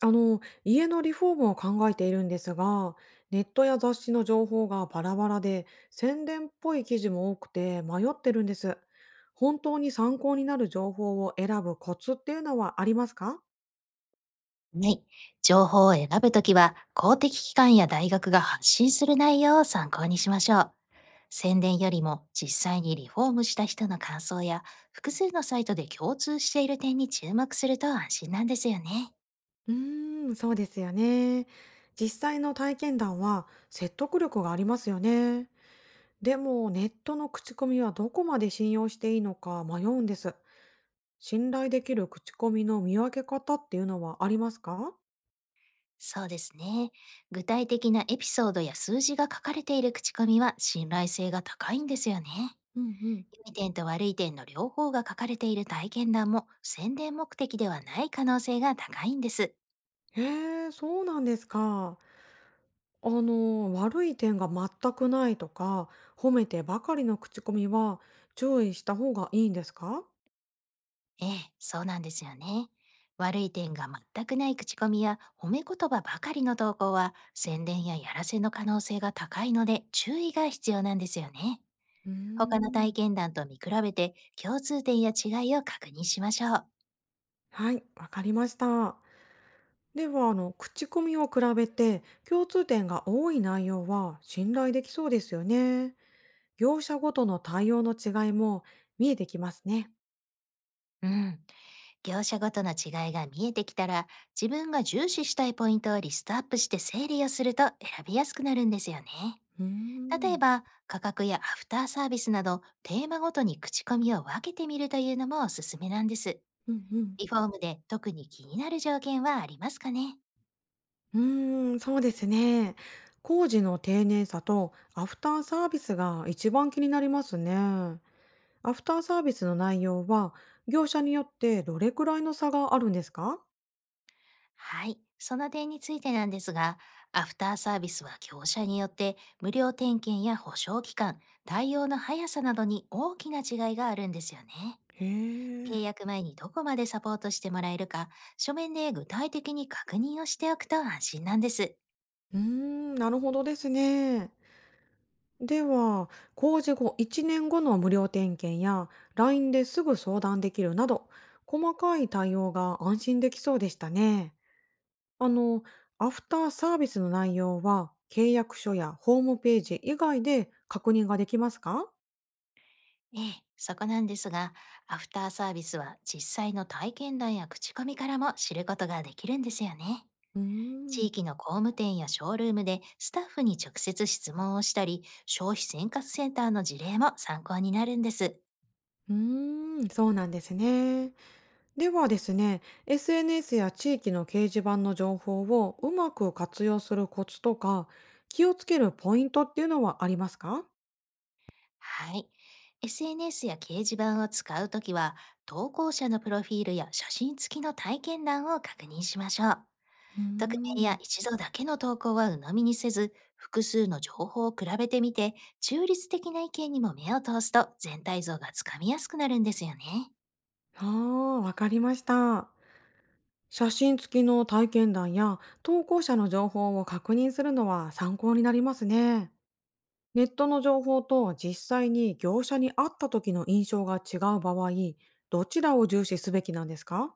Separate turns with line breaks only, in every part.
家のリフォームを考えているんですが、ネットや雑誌の情報がバラバラで、宣伝っぽい記事も多くて迷ってるんです。本当に参考になる情報を選ぶコツっていうのはありますか？
はい。情報を選ぶときは、公的機関や大学が発信する内容を参考にしましょう。宣伝よりも実際にリフォームした人の感想や、複数のサイトで共通している点に注目すると安心なんですよね。
うーん、そうですよね。実際の体験談は説得力がありますよね。でも、ネットの口コミはどこまで信用していいのか迷うんです。信頼できる口コミの見分け方っていうのはありますか？
そうですね。具体的なエピソードや数字が書かれている口コミは信頼性が高いんですよね。
ううんうん。
良い点と悪い点の両方が書かれている体験談も、宣伝目的ではない可能性が高いんです。
へえ、そうなんですか。悪い点が全くないとか、褒めてばかりの口コミは注意した方がいいんですか？
ええ、そうなんですよね。悪い点が全くない口コミや褒め言葉ばかりの投稿は、宣伝ややらせの可能性が高いので、注意が必要なんですよね。
うー
他の体
ん。
験談と見比べて、共通点や違いを確認しましょう。
はい、わかりました。では、口コミを比べて共通点が多い内容は信頼できそうですよね。業者ごとの対応の違いも見えてきますね。
うん。業者ごとの違いが見えてきたら、自分が重視したいポイントをリストアップして整理をすると選びやすくなるんですよね。
うー
例
ん
えば、価格やアフターサービスなど、テーマごとに口コミを分けてみるというのもおすすめなんです。
うんうん。
リフォームで特に気になる条件はありますかね？
うーん、そうですね。工事の丁寧さとアフターサービスが一番気になりますね。アフターサービスの内容は業者によってどれくらいの差があるんですか？
はい。その点についてなんですが、アフターサービスは業者によって、無料点検や保証期間、対応の速さなどに大きな違いがあるんですよね。
へえ。
契約前にどこまでサポートしてもらえるか、書面で具体的に確認をしておくと安心なんです。
うーん、なるほどですね。では、工事後1年後の無料点検や LINE ですぐ相談できるなど、細かい対応が安心できそうでしたね。あの、アフターサービスの内容は、契約書やホームページ以外で確認ができますか？
ええ、そこなんですが、アフターサービスは実際の体験談や口コミからも知ることができるんですよね。
うー
地
ん、
域の工務店やショールームでスタッフに直接質問をしたり、消費生活センターの事例も参考になるんです。
うーん、そうなんですね。ではですね、SNS や地域の掲示板の情報をうまく活用するコツとか、気をつけるポイントっていうのはありますか？
はい。SNS や掲示板を使うときは、投稿者のプロフィールや写真付きの体験談を確認しましょう。
うー
匿名
ん、
や一度だけの投稿は鵜呑みにせず、複数の情報を比べてみて、中立的な意見にも目を通すと全体像がつかみやすくなるんですよね。
ああ、わかりました。写真付きの体験談や投稿者の情報を確認するのは参考になりますね。ネットの情報と実際に業者に会った時の印象が違う場合、どちらを重視すべきなんですか？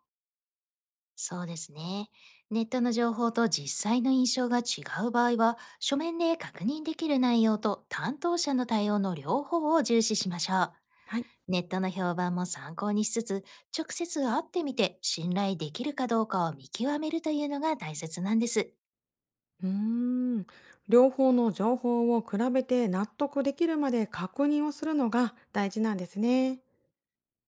そうですね。ネットの情報と実際の印象が違う場合は、書面で確認できる内容と担当者の対応の両方を重視しましょう。
はい。
ネットの評判も参考にしつつ、直接会ってみて信頼できるかどうかを見極めるというのが大切なんです。
うーん、両方の情報を比べて納得できるまで確認をするのが大事なんですね。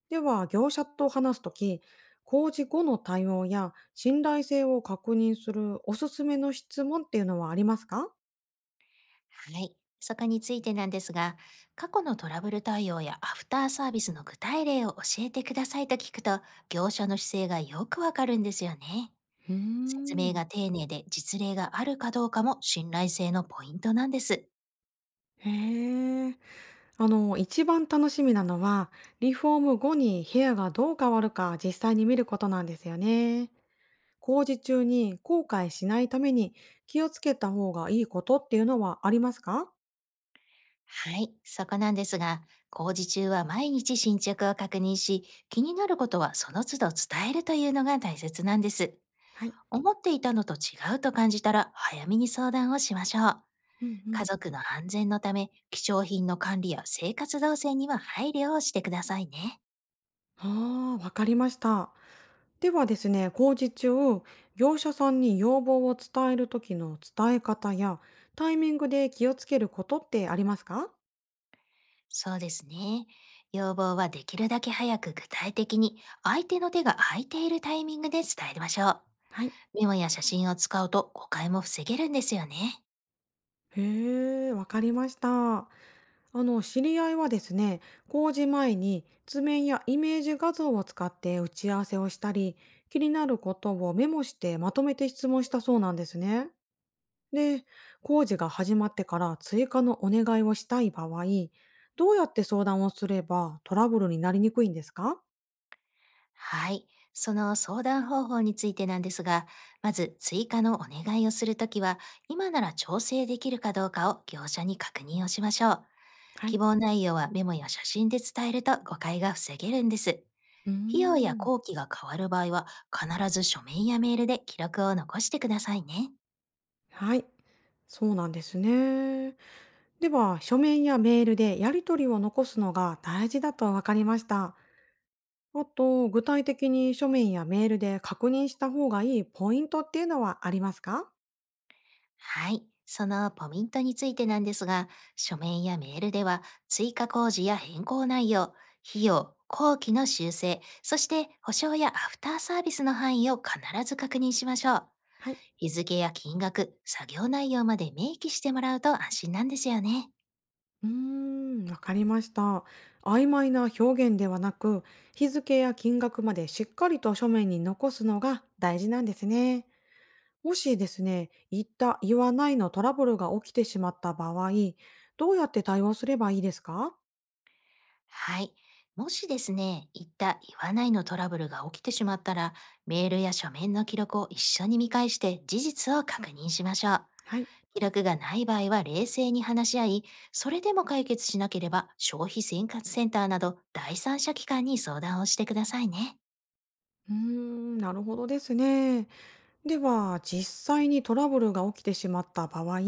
では、業者と話すとき、工事後の対応や信頼性を確認するおすすめの質問っていうのはありますか？
はい。そこについてなんですが、過去のトラブル対応やアフターサービスの具体例を教えてくださいと聞くと、業者の姿勢がよくわかるんですよね。
うー
説明
ん。
が丁寧で実例があるかどうかも信頼性のポイントなんです。
へえ。一番楽しみなのは、リフォーム後に部屋がどう変わるか実際に見ることなんですよね。工事中に後悔しないために気をつけた方がいいことっていうのはありますか？
はい。そこなんですが、工事中は毎日進捗を確認し、気になることはその都度伝えるというのが大切なんです。
はい。
思っていたのと違うと感じたら、早めに相談をしましょう。
うんう
家
ん。
族の安全のため、貴重品の管理や生活動線には配慮をしてくださいね。
ああ、わかりました。ではですね、工事中、業者さんに要望を伝える時の伝え方やタイミングで気をつけることってありますか？
そうですね。要望はできるだけ早く具体的に、相手の手が空いているタイミングで伝えましょう。
はい。
メモや写真を使うと誤解も防げるんですよね。
へえ、わかりました。知り合いはですね、工事前に図面やイメージ画像を使って打ち合わせをしたり、気になることをメモしてまとめて質問したそうなんですね。で、工事が始まってから追加のお願いをしたい場合、どうやって相談をすればトラブルになりにくいんですか？
はい。その相談方法についてなんですが、まず追加のお願いをするときは、今なら調整できるかどうかを業者に確認をしましょう。
はい。
希望内容はメモや写真で伝えると誤解が防げるんです。
うー
費用や
ん。
工期が変わる場合は、必ず書面やメールで記録を残してくださいね。
はい、そうなんですね。では、書面やメールでやり取りを残すのが大事だと分かりました。あと、具体的に書面やメールで確認した方がいいポイントっていうのはありますか？
はい。そのポイントについてなんですが、書面やメールでは、追加工事や変更内容、費用、工期の修正、そして保証やアフターサービスの範囲を必ず確認しましょう。
はい。
日付や金額、作業内容まで明記してもらうと安心なんですよね。
うーん、わかりました。曖昧な表現ではなく、日付や金額までしっかりと書面に残すのが大事なんですね。もしですね、言った、言わないのトラブルが起きてしまった場合、どうやって対応すればいいですか？
はい。もしですね、言った言わないのトラブルが起きてしまったら、メールや書面の記録を一緒に見返して事実を確認しましょう。
はい。
記録がない場合は冷静に話し合い、それでも解決しなければ消費生活センターなど第三者機関に相談をしてくださいね。
うーん、なるほどですね。では、実際にトラブルが起きてしまった場合、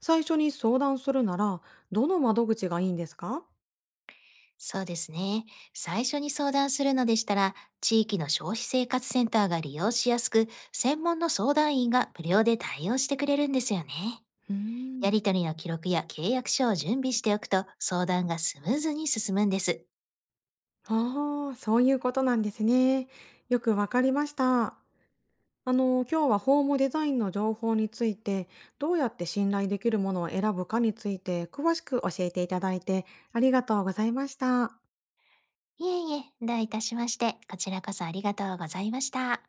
最初に相談するなら、どの窓口がいいんですか？
そうですね。最初に相談するのでしたら、地域の消費生活センターが利用しやすく、専門の相談員が無料で対応してくれるんですよね。
うー
や
ん。
り取りの記録や契約書を準備しておくと相談がスムーズに進むんです。
ああ、そういうことなんですね。よくわかりました。今日はホームデザインの情報について、どうやって信頼できるものを選ぶかについて、詳しく教えていただいて、ありがとうございました。
いえいえ、どういたしまして、こちらこそありがとうございました。